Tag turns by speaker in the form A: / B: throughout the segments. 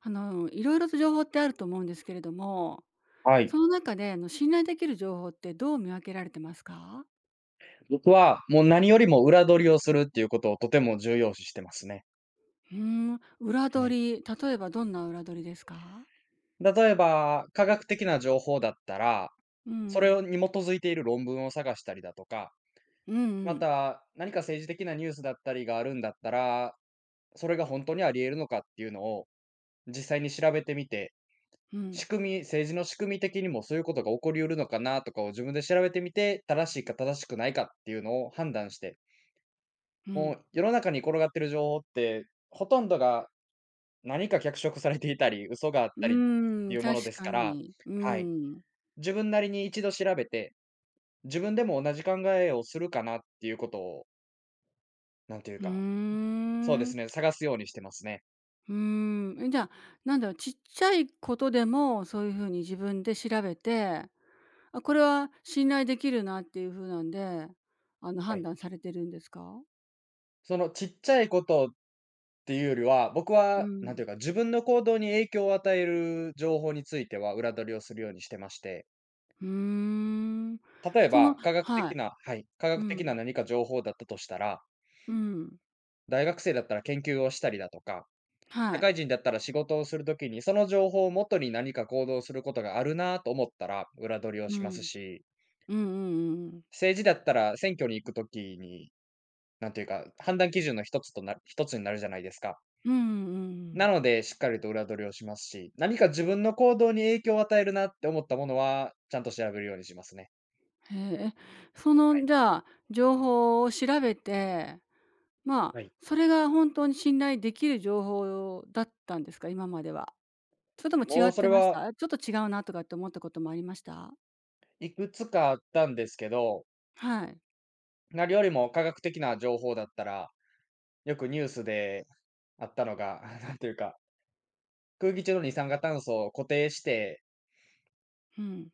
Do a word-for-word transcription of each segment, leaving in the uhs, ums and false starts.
A: あの、いろいろと情報ってあると思うんですけれども、
B: は
A: そ
B: い。
A: の中で、あの、信頼できる情報ってどう見分けられてますか？
B: 僕は、もう何よりも裏取りをするっていうことをとても重要視してますね。
A: うーん、裏
B: はい。
A: 取り、例えばどんな裏取りですか？
B: 例えば、科学的な情報だったら、
A: う
B: それ
A: ん。
B: をに基づいている論文を探したりだとか、
A: うんう
B: ま
A: ん。
B: た何か政治的なニュースだったりがあるんだったら、それが本当にあり得るのかっていうのを実際に調べてみて、
A: うん。
B: 仕組み政治の仕組み的にもそういうことが起こり得るのかなとかを自分で調べてみて、正しいか正しくないかっていうのを判断して、
A: う
B: も
A: ん。
B: う世の中に転がってる情報って、ほとんどが何か脚色されていたり、嘘があっ
A: う
B: たりっ
A: ー
B: て
A: ん、
B: いうもので
A: 確
B: す
A: か
B: から、
A: に。う
B: はい。
A: ん。
B: 自分なりに一度調べて、自分でも同じ考えをするかなっていうことを、なんていう
A: ふ
B: か、
A: ー
B: そうですね、
A: ん。
B: 探すようにしてますね。
A: うーん。え、じゃあ、なんだろう、ちっちゃいことでも、そういうふうに自分で調べて、あ、これは信頼できるなっていうふうなんで、あの、
B: は
A: 判
B: い。
A: 断されてるんですか？
B: そのちっちゃいことっていうよりは、僕
A: う
B: は、なんて
A: ん。
B: いうか、自分の行動に影響を与える情報については裏取りをするようにしてまして、
A: うーん。
B: 例え
A: その
B: ば科学
A: は
B: 的
A: い。
B: なはい、科
A: う
B: 学的な
A: ん。
B: 何か情報だったとしたら、
A: うん。
B: 大学生だったら研究をしたりだとか
A: は
B: 社
A: い。
B: 会人だったら仕事をするときに、その情報をもとに何か行動することがあるなと思ったら、裏取りを
A: う
B: します
A: ん。
B: し、
A: うんうんうんうん。
B: 政治だったら選挙に行くときに、なんていうか、判断基準の一つとな一つになるじゃないですか。
A: うんうんう
B: な
A: ん。
B: ので、しっかりと裏取りをしますし、何か自分の行動に影響を与えるなって思ったものは、ちゃんと調べるようにしますね。
A: へえ。え、そ
B: は
A: の、
B: い。
A: じゃあ、情報を調べて、まあ、
B: はい。
A: それが本当に信頼できる情報だったんですか？今までは。それとも
B: も
A: 違
B: う
A: っ
B: そ
A: て
B: れ
A: まし
B: は
A: た？ちょっと違うなとかって思ったこともありました？
B: いくつかあったんですけど、
A: はい。
B: 何よりも科学的な情報だったら、よくニュースであったのが、なんていうか、空気中の二酸化炭素を固定して、
A: うん。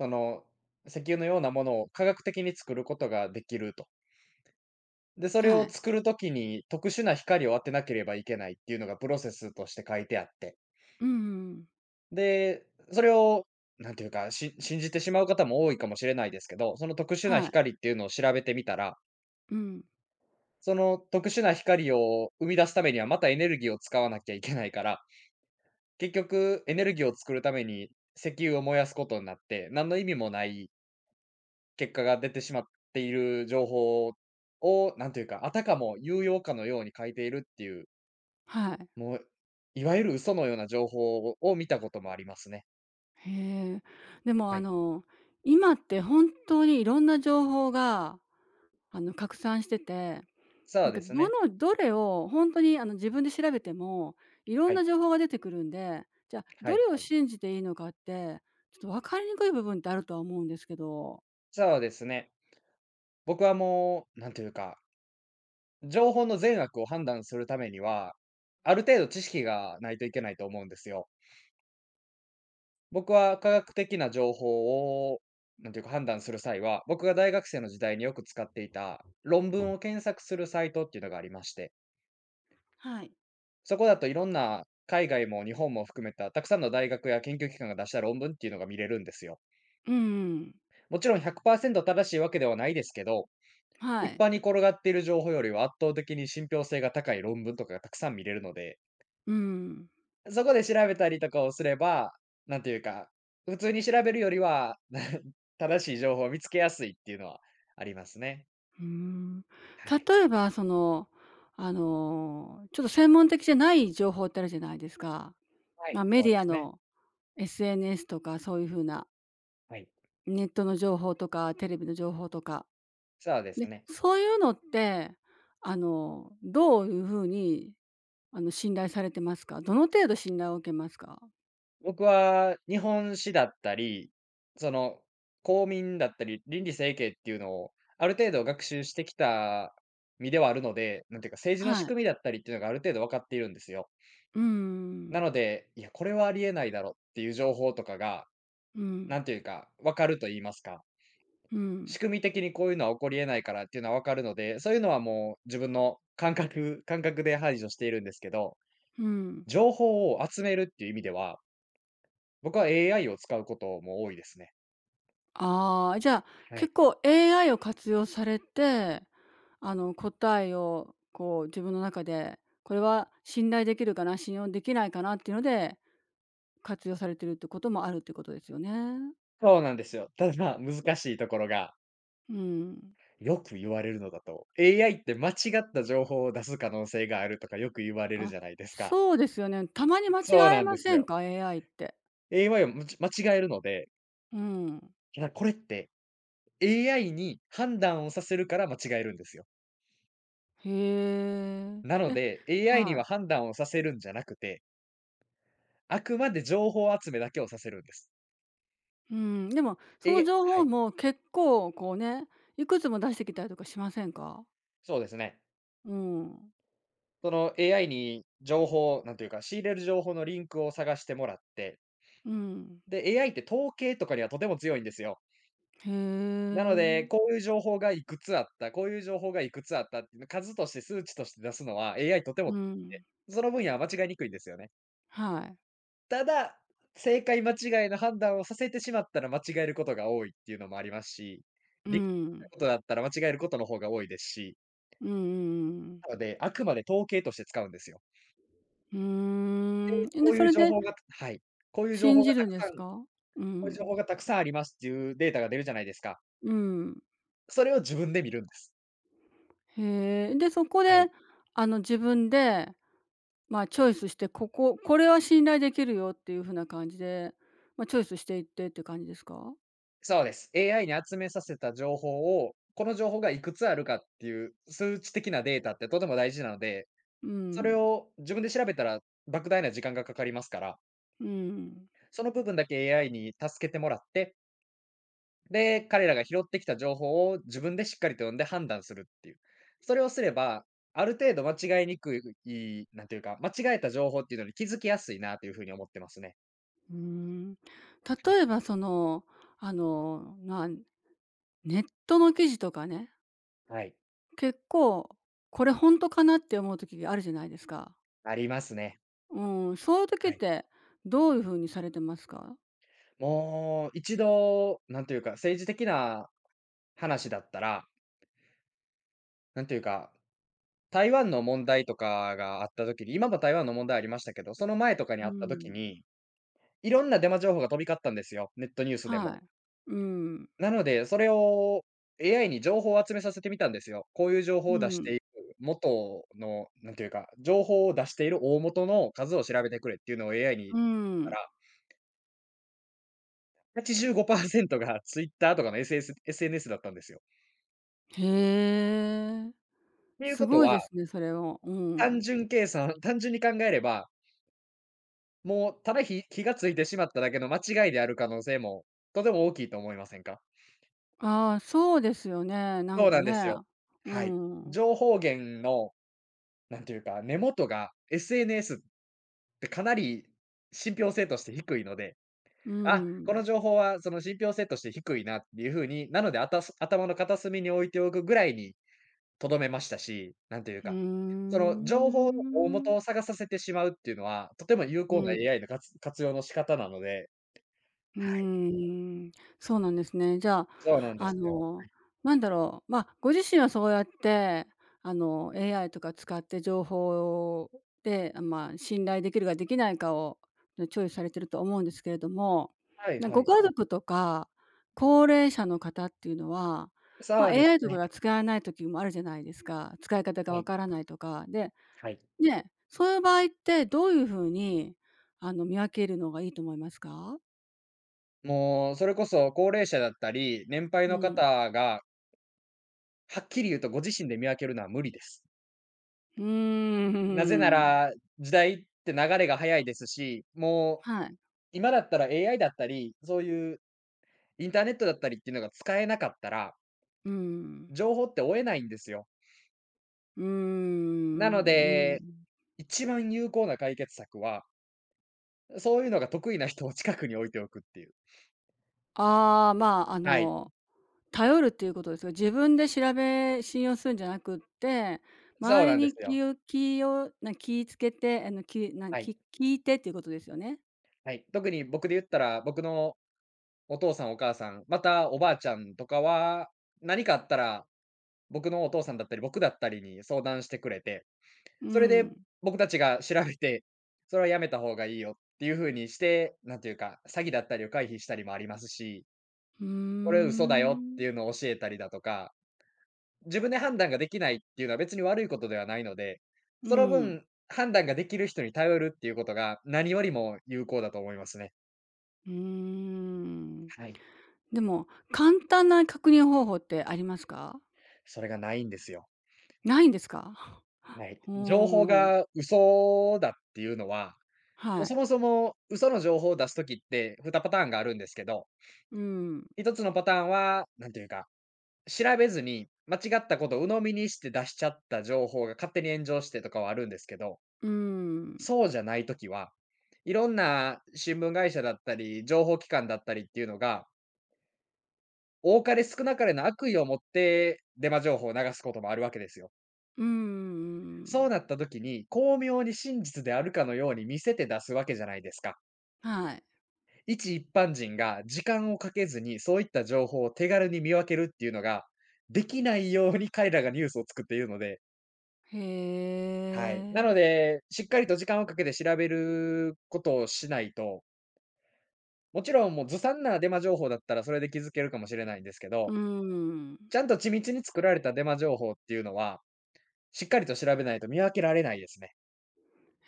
B: その、石油のようなものを科学的に作ることができると。で、それ
A: は
B: を
A: い。
B: 作るときに特殊な光を当てなければいけないっていうのがプロセスとして書いてあって。
A: うんうんうん。
B: で、それを、なんていうか、し信じてしまう方も多いかもしれないですけど、その特殊な
A: はい。
B: 光っていうのを調べてみたら、
A: うん。
B: その特殊な光を生み出すためには、またエネルギーを使わなきゃいけないから、結局エネルギーを作るために石油を燃やすことになって、何の意味もない結果が出てしまっている情報を、なんというか、あたかも有用かのように書いているっていう、
A: はい。
B: もう、いわゆる嘘のような情報を見たこともありますね。
A: へえ。でも
B: は
A: あ
B: い。
A: の、今って本当にいろんな情報があの、拡散してて、
B: そ
A: な
B: う
A: んか
B: です
A: ど
B: ね。
A: のどれを本当にあの、自分で調べても、いろん
B: はい。
A: な情報が出てくるんで、じゃ、
B: は
A: ど
B: い
A: れを
B: はい。
A: 信じていいのかって、ちょっと分かりにくい部分ってあるとは思うんですけど。
B: そうですね。僕はもう、なんというか、情報の善悪を判断するためには、ある程度知識がないといけないと思うんですよ。僕は科学的な情報を、なんていうか判断する際は、僕が大学生の時代によく使っていた論文を検索するサイトっていうのがありまして、
A: はい。
B: そこだといろんな海外も日本も含めたたくさんの大学や研究機関が出した論文っていうのが見れるんですよ。
A: うん
B: もちろんひゃくパーセント正しいわけではないですけど、
A: は
B: 一
A: い。
B: 般に転がっている情報よりは圧倒的に信憑性が高い論文とかがたくさん見れるので、
A: うん。
B: そこで調べたりとかをすれば、なんていうか、普通に調べるよりは、正しい情報を見つけやすいっていうのはありますね。
A: うーん。
B: はい。
A: 例えばその、あの、ちょっと専門的じゃない情報ってあるじゃないですか。
B: は
A: まあ、
B: い。
A: メ
B: そう
A: デ
B: で
A: ィア
B: すね。
A: の エスエヌエス とかそういうふうな、
B: はい。
A: ネットの情報とかテレビの情報とか、
B: そうで
A: で、
B: すね。
A: そういうのって、あの、どういうふうに、あの、信頼されてますか？どの程度信頼を受けますか？
B: 僕は日本史だったり、その、公民だったり、倫理整形っていうのをある程度学習してきた身ではあるので、なんていうか、政治の
A: は
B: 仕
A: い。
B: 組みだったりっていうのがある程度分かっているんですよ。
A: うー
B: な
A: ん、
B: ので、いや、これはありえないだろうっていう情報とかが、
A: うん、
B: なんていうか、分かると言いますか。
A: う
B: 仕
A: ん、
B: 組み的にこういうのは起こり得ないからっていうのは分かるので、そういうのはもう自分の感覚 感覚で排除しているんですけど、
A: うん。
B: 情報を集めるっていう意味では、僕は エーアイ を使うことも多いですね。
A: ああ、じゃあ、
B: はい。
A: 結構 エーアイ を活用されて、あの、答えをこう自分の中で、これは信頼できるかな、信用できないかなっていうので、活用されてるってこともあるってことですよね。
B: そうなんですよ。ただ、難しいところが、
A: うん。
B: よく言われるのだと、エーアイ って間違った情報を出す可能性があるとかよく言われる
A: あ、
B: じゃないですか。
A: そうですよね。たまに間
B: そう
A: 違え
B: なんで
A: ま
B: す
A: せん
B: よ。
A: か？エーアイ って。
B: エーアイ をむち間違えるので、
A: うん。
B: いや、これって エーアイ に判断をさせるから間違えるんですよ。
A: へ
B: なの
A: え。え、
B: で、エーアイ に
A: は
B: は
A: い。
B: 判断をさせるんじゃなくて、あくまで情報集めだけをさせるんです。
A: うん、でも、その
B: え
A: 情
B: は
A: 報
B: い。
A: も結構こうね、いくつも出してきたりとかしませんか？
B: そうですね。
A: うん。
B: その エーアイ に情報、なんていうか、仕入れる情報のリンクを探してもらって、
A: うん。
B: で、エーアイ って統計とかにはとても強いんですよ。
A: へ
B: なので、
A: え。
B: こういう情報がいくつあった、こういう情報がいくつあったっていうの数として数値として出すのは エーアイ とて
A: う
B: も、
A: ん。
B: その分野は間違いにくいんですよね。
A: はい。
B: ただ、正解間違いの判断をさせてしまったら間違えることが多いっていうのもありますし、
A: う
B: 理きな
A: ん。
B: ことだったら間違えることの方が多いですし、
A: うんうんうんうん。
B: なので、あくまで統計として使うんですよ。
A: う
B: で、
A: ーん。で、
B: こう
A: そ
B: いう
A: れ
B: 情
A: で
B: 報がはい。こういう情
A: 信
B: 報が
A: じ
B: た
A: るん
B: く
A: で
B: さ
A: す
B: んこ
A: か？う
B: ういう情
A: ん。
B: 報がたくさんありますっていうデータが出るじゃないですか。
A: うん。
B: それを自分で見るんです。
A: へえ。で、そこ
B: は
A: で、
B: い。
A: あの、自分でま、あチョイスして、こここれは信頼できるよっていう風な感じで、まあ、チョイスしていってって感じですか？
B: そうです。エーアイ に集めさせた情報を、この情報がいくつあるかっていう数値的なデータってとても大事なので、
A: う
B: そ
A: ん、
B: れを自分で調べたら莫大な時間がかかりますから
A: うん、
B: その部分だけ エーアイ に助けてもらって、で、彼らが拾ってきた情報を自分でしっかりと読んで判断するっていう。それをすれば、ある程度間違いにくい、なんていうか、間違えた情報っていうのに気づきやすいなというふうに思ってますね。
A: うーん。
B: は
A: 例
B: い。
A: えばその、あの、まあ、ネットの記事とかね、
B: はい。
A: 結構これほんとかなって思う時があるじゃないですか。
B: ありますね。
A: うーん、そういう時っ
B: はい。
A: てどういう風にされてますか？
B: もう一度、なんていうか、政治的な話だったら、なんていうか、台湾の問題とかがあった時に、今も台湾の問題ありましたけど、その前とかに
A: う
B: あった時
A: ん、
B: に、いろんなデマ情報が飛び交ったんですよ、ネットニュースでも。
A: はい。うん、
B: なので、それを エーアイ に情報を集めさせてみたんですよ。こういう情報を
A: う
B: 出し
A: ん、
B: ている元の、なんていうか、情報を出している大元の数を調べてくれっていうのを エーアイ に
A: う
B: た
A: ん。
B: ら、はちじゅうごパーセントが Twitter とかの SS エスエヌエス だったんですよ。
A: へえ、
B: っていう
A: す
B: こと
A: ごい
B: は、
A: ですね、それを。う
B: 単
A: ん。
B: 純計算単純に考えれば、もうただ火火がついてしまっただけの間違いである可能性もとても大きいと思いませんか？
A: ああ、そうですよね、なん
B: そう
A: か
B: なんで
A: ね。
B: すよ。
A: う
B: はい。
A: ん。
B: 情報源の、なんていうか、根元が エスエヌエス で、かなり信憑性として低いので、
A: う
B: あ、この
A: ん。
B: 情報はその信憑性として低いなっていう風に、なので、あたす頭の片隅に置いておくぐらいにとどめましたし、なんという
A: うー
B: か、その情報の大元
A: ん。
B: を探させてしまうっていうのは、とても有
A: う
B: 効な
A: ん。
B: エーアイ の活活用の仕方なので、
A: う
B: はい、
A: ーん、そうなんですね。じゃあ、
B: そうなんで
A: あ
B: すよ。
A: の、なんだろう、まあ、ご自身はそうやって、あの、エーアイ とか使って情報で、あまあ、信頼できるかできないかを、ねチョイスされてると思うんですけれども、
B: はい
A: な
B: は
A: ご
B: い。
A: 家族とか高齢者の方っていうのは、ま
B: そ
A: あ、
B: うです
A: エーアイ とか
B: ね。
A: が使えない時もあるじゃないですか。使い方が
B: は
A: わ
B: い、
A: からないとか。で、
B: はい。
A: ね、そういう場合ってどういう風に、あの、見分けるのがいいと思いますか？
B: もうそれこそ高齢者だったり、年配
A: う
B: の
A: ん。
B: 方がはっきり言うとご自身で見分けるのは無理です。
A: うー
B: なぜな
A: ん。
B: ら、時代って流れが早いですし、もう
A: はい。
B: 今だったら エーアイ だったり、そういうインターネットだったりっていうのが使えなかったら、
A: うん。
B: 情報って追えないんですよ。
A: うー
B: なの
A: ん、う
B: で、
A: ん。
B: 一番有効な解決策は、そういうのが得意な人を近くに置いておくっていう。
A: ああ、まあ、あ
B: はい。
A: の、頼るっていうことですよ。自分で調べ信用するんじゃなくって、
B: そ
A: 周
B: う
A: り
B: なんです
A: に
B: よ。
A: 気を気をな気つけて、あの、きなん
B: は
A: き
B: い。
A: 聞いてっていうことですよね。
B: はい。特に僕で言ったら、僕のお父さんお母さん、またおばあちゃんとかは、何かあったら、僕のお父さんだったり、僕だったりに相談してくれて、
A: う
B: それで
A: ん。
B: 僕たちが調べて、それはやめた方がいいよっていう風にして、なんていうか、詐欺だったりを回避したりもありますし、
A: うー
B: これ嘘だよって
A: ん。
B: いうのを教えたりだとか、自分で判断ができないっていうのは別に悪いことではないので、
A: う
B: その
A: ん。
B: 分、判断ができる人に頼るっていうことが何よりも有効だと思いますね。
A: うーん。
B: はい。
A: でも、簡単な確認方法ってありますか？
B: それがないんですよ。
A: ないんですか？
B: はい。
A: う
B: 情報
A: ーん。
B: が嘘だっていうのは、も
A: は
B: うそ
A: い。
B: もそも嘘の情報を出すときってにパターンがあるんですけど、
A: うん。
B: ひとつのパターンは、なんていうか調べずに、間違ったことを鵜呑みにして出しちゃった情報が勝手に炎上してとかはあるんですけど、
A: うーん。
B: そうじゃないときは、いろんな新聞会社だったり、情報機関だったりっていうのが、多かれ少なかれの悪意を持ってデマ情報を流すこともあるわけですよ。
A: うん
B: そう
A: ん。
B: なった時に、巧妙に真実であるかのように見せて出すわけじゃないですか。
A: はい。
B: 一一般人が時間をかけずに、そういった情報を手軽に見分けるっていうのが、できないように彼らがニュースを作っているので、
A: へ
B: はい。なの
A: え。
B: で、しっかりと時間をかけて調べることをしないと、もちろんもうずさんなデマ情報だったらそれで気づけるかもしれないんですけ
A: う
B: ど、
A: ーん。
B: ちゃんと緻密に作られたデマ情報っていうのは、しっかりと調べないと見分けられないですね。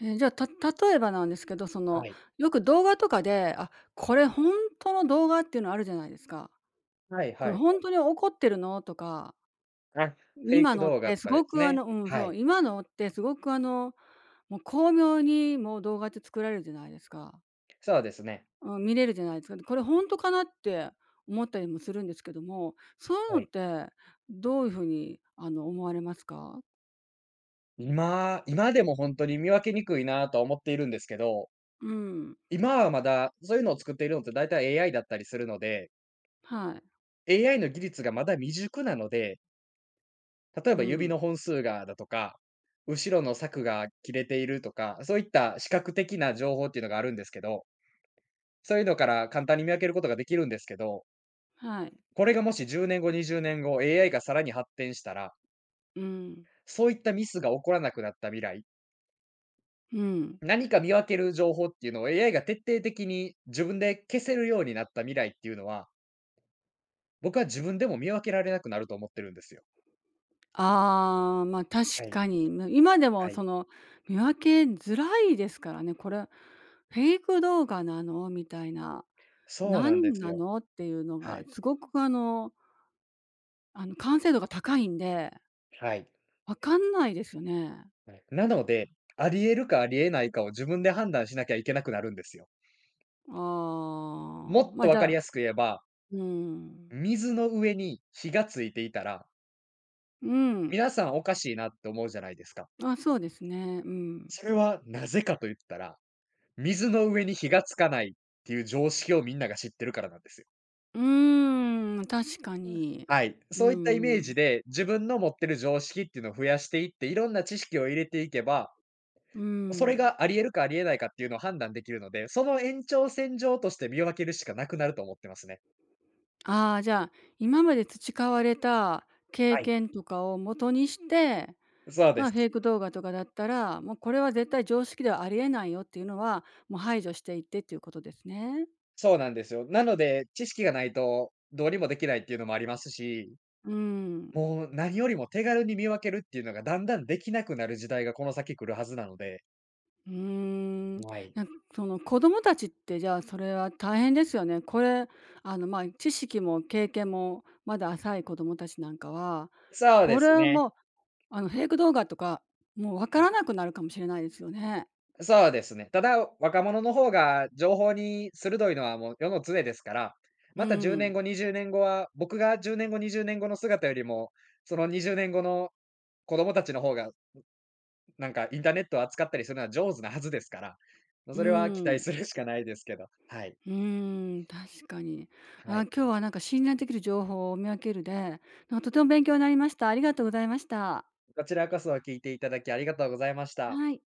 A: え、じゃあ、た例えばなんですけど、そ
B: は
A: の、
B: い。
A: よく動画とかで、あ、これほんとの動画っていうのあるじゃないですか。
B: はい
A: こ
B: はい
A: れ
B: はい。
A: ほんとに怒ってるの？とか、
B: あ、フェイ
A: 今
B: ク
A: のっ
B: 動画
A: て
B: と
A: す
B: か
A: ご
B: です
A: くあ
B: ね。
A: のうん、
B: は
A: そ
B: い。
A: う、今のってすごくあの、もう巧妙にもう動画って作られるじゃないですか。
B: そうですね。
A: うん、見れるじゃないですか。これ本当かなって思ったりもするんですけども、そういうの
B: は
A: っ
B: い。
A: てどういう風に、あの、思われますか？
B: 今今でも本当に見分けにくいなとは思っているんですけど、
A: うん、
B: 今はまだそういうのを作っているのってだいたい エーアイ だったりするので、
A: はい、
B: エーアイ の技術がまだ未熟なので、例え
A: う
B: ば指
A: ん、
B: の本数がだとか、後ろの柵が切れているとか、そういった視覚的な情報っていうのがあるんですけど、そういうのから簡単に見分けることができるんですけど、
A: はい、
B: これがもしじゅうねんご、にじゅうねんご、エーアイ がさらに発展したら、
A: うん、
B: そういったミスが起こらなくなった未来、
A: うん。
B: 何か見分ける情報っていうのを エーアイ が徹底的に自分で消せるようになった未来っていうのは、僕は自分でも見分けられなくなると思ってるんですよ。
A: ああ、ま、確
B: はい、
A: かに、ま、今でも
B: は
A: そ
B: い。
A: の、見分けづらいですからね、これフェイク動画なの？みたいな、
B: そう
A: な
B: なんで
A: ん
B: す
A: な
B: よ。
A: の？っていうの
B: は
A: が
B: い、
A: すごくあのあの、完成度が高いんで、
B: はい。
A: わかんないですよね。
B: はい。なので、あり得るかあり得ないかを自分で判断しなきゃいけなくなるんですよ。
A: あ
B: も
A: あ、
B: っ
A: ま、
B: と
A: あじ
B: 分
A: ゃ
B: かり
A: あ
B: やすく言えば、
A: うん。
B: 水の上に火がついていたら、
A: うん。
B: 皆さんおかしいなって思うじゃないですか。
A: あ、そうですね。うん。
B: それはなぜかと言ったら、水の上に火がつかないっていう常識をみんなが知ってるからなんですよ。
A: うーん、確か
B: うん。
A: に。
B: はい。
A: う
B: そういったイメー
A: ん、
B: ジで、自分の持ってる常識っていうのを増やしていって、いろんな知識を入れていけば、
A: う
B: それ
A: ん。
B: があり得るかあり得ないかっていうのを判断できるので、その延長線上として見分けるしかなくなると思ってますね。
A: ああ、じゃあ、今まで培われた経
B: はい。
A: 験とかを元にして、
B: そうで
A: まあ、フェ
B: す。
A: イク動画とかだったら、もうこれは絶対常識ではありえないよっていうのは、もう排除していってっていうことですね。
B: そうなんですよ。なので、知識がないとどうにもできないっていうのもありますし、
A: うん。
B: もう何よりも手軽に見分けるっていうのがだんだんできなくなる時代がこの先来るはずなので。
A: うーん、
B: はい。
A: なんかその子供たちってじゃあそれは大変ですよね。これあの、ま、知識も経験もまだ浅い子供たちなんかは、
B: そう
A: こ
B: です
A: れ
B: ね。
A: もあの、フェイク動画とか、もうわ
B: は
A: か
B: い。
A: らなくなるかもしれないですよね。
B: そうですね。ただ、若者の方が情報に鋭いのはもう世の常ですから、
A: う
B: また10年
A: ん。
B: 後、にじゅうねんごは、僕がじゅうねんご、にじゅうねんごの姿よりも、そのにじゅうねんごの子供たちの方がなんかインターネットを扱ったりするのは上手なはずですから、ま、
A: う
B: それは期待
A: ん。
B: するしかないですけど、はい、
A: うん、確かに。
B: は
A: あ、今
B: い。
A: 日はなんか信頼できる情報を見分けるで、なんかとても勉強になりました。ありがとうございました。
B: こちらこそ聞いていただきありがとうございました。
A: はい。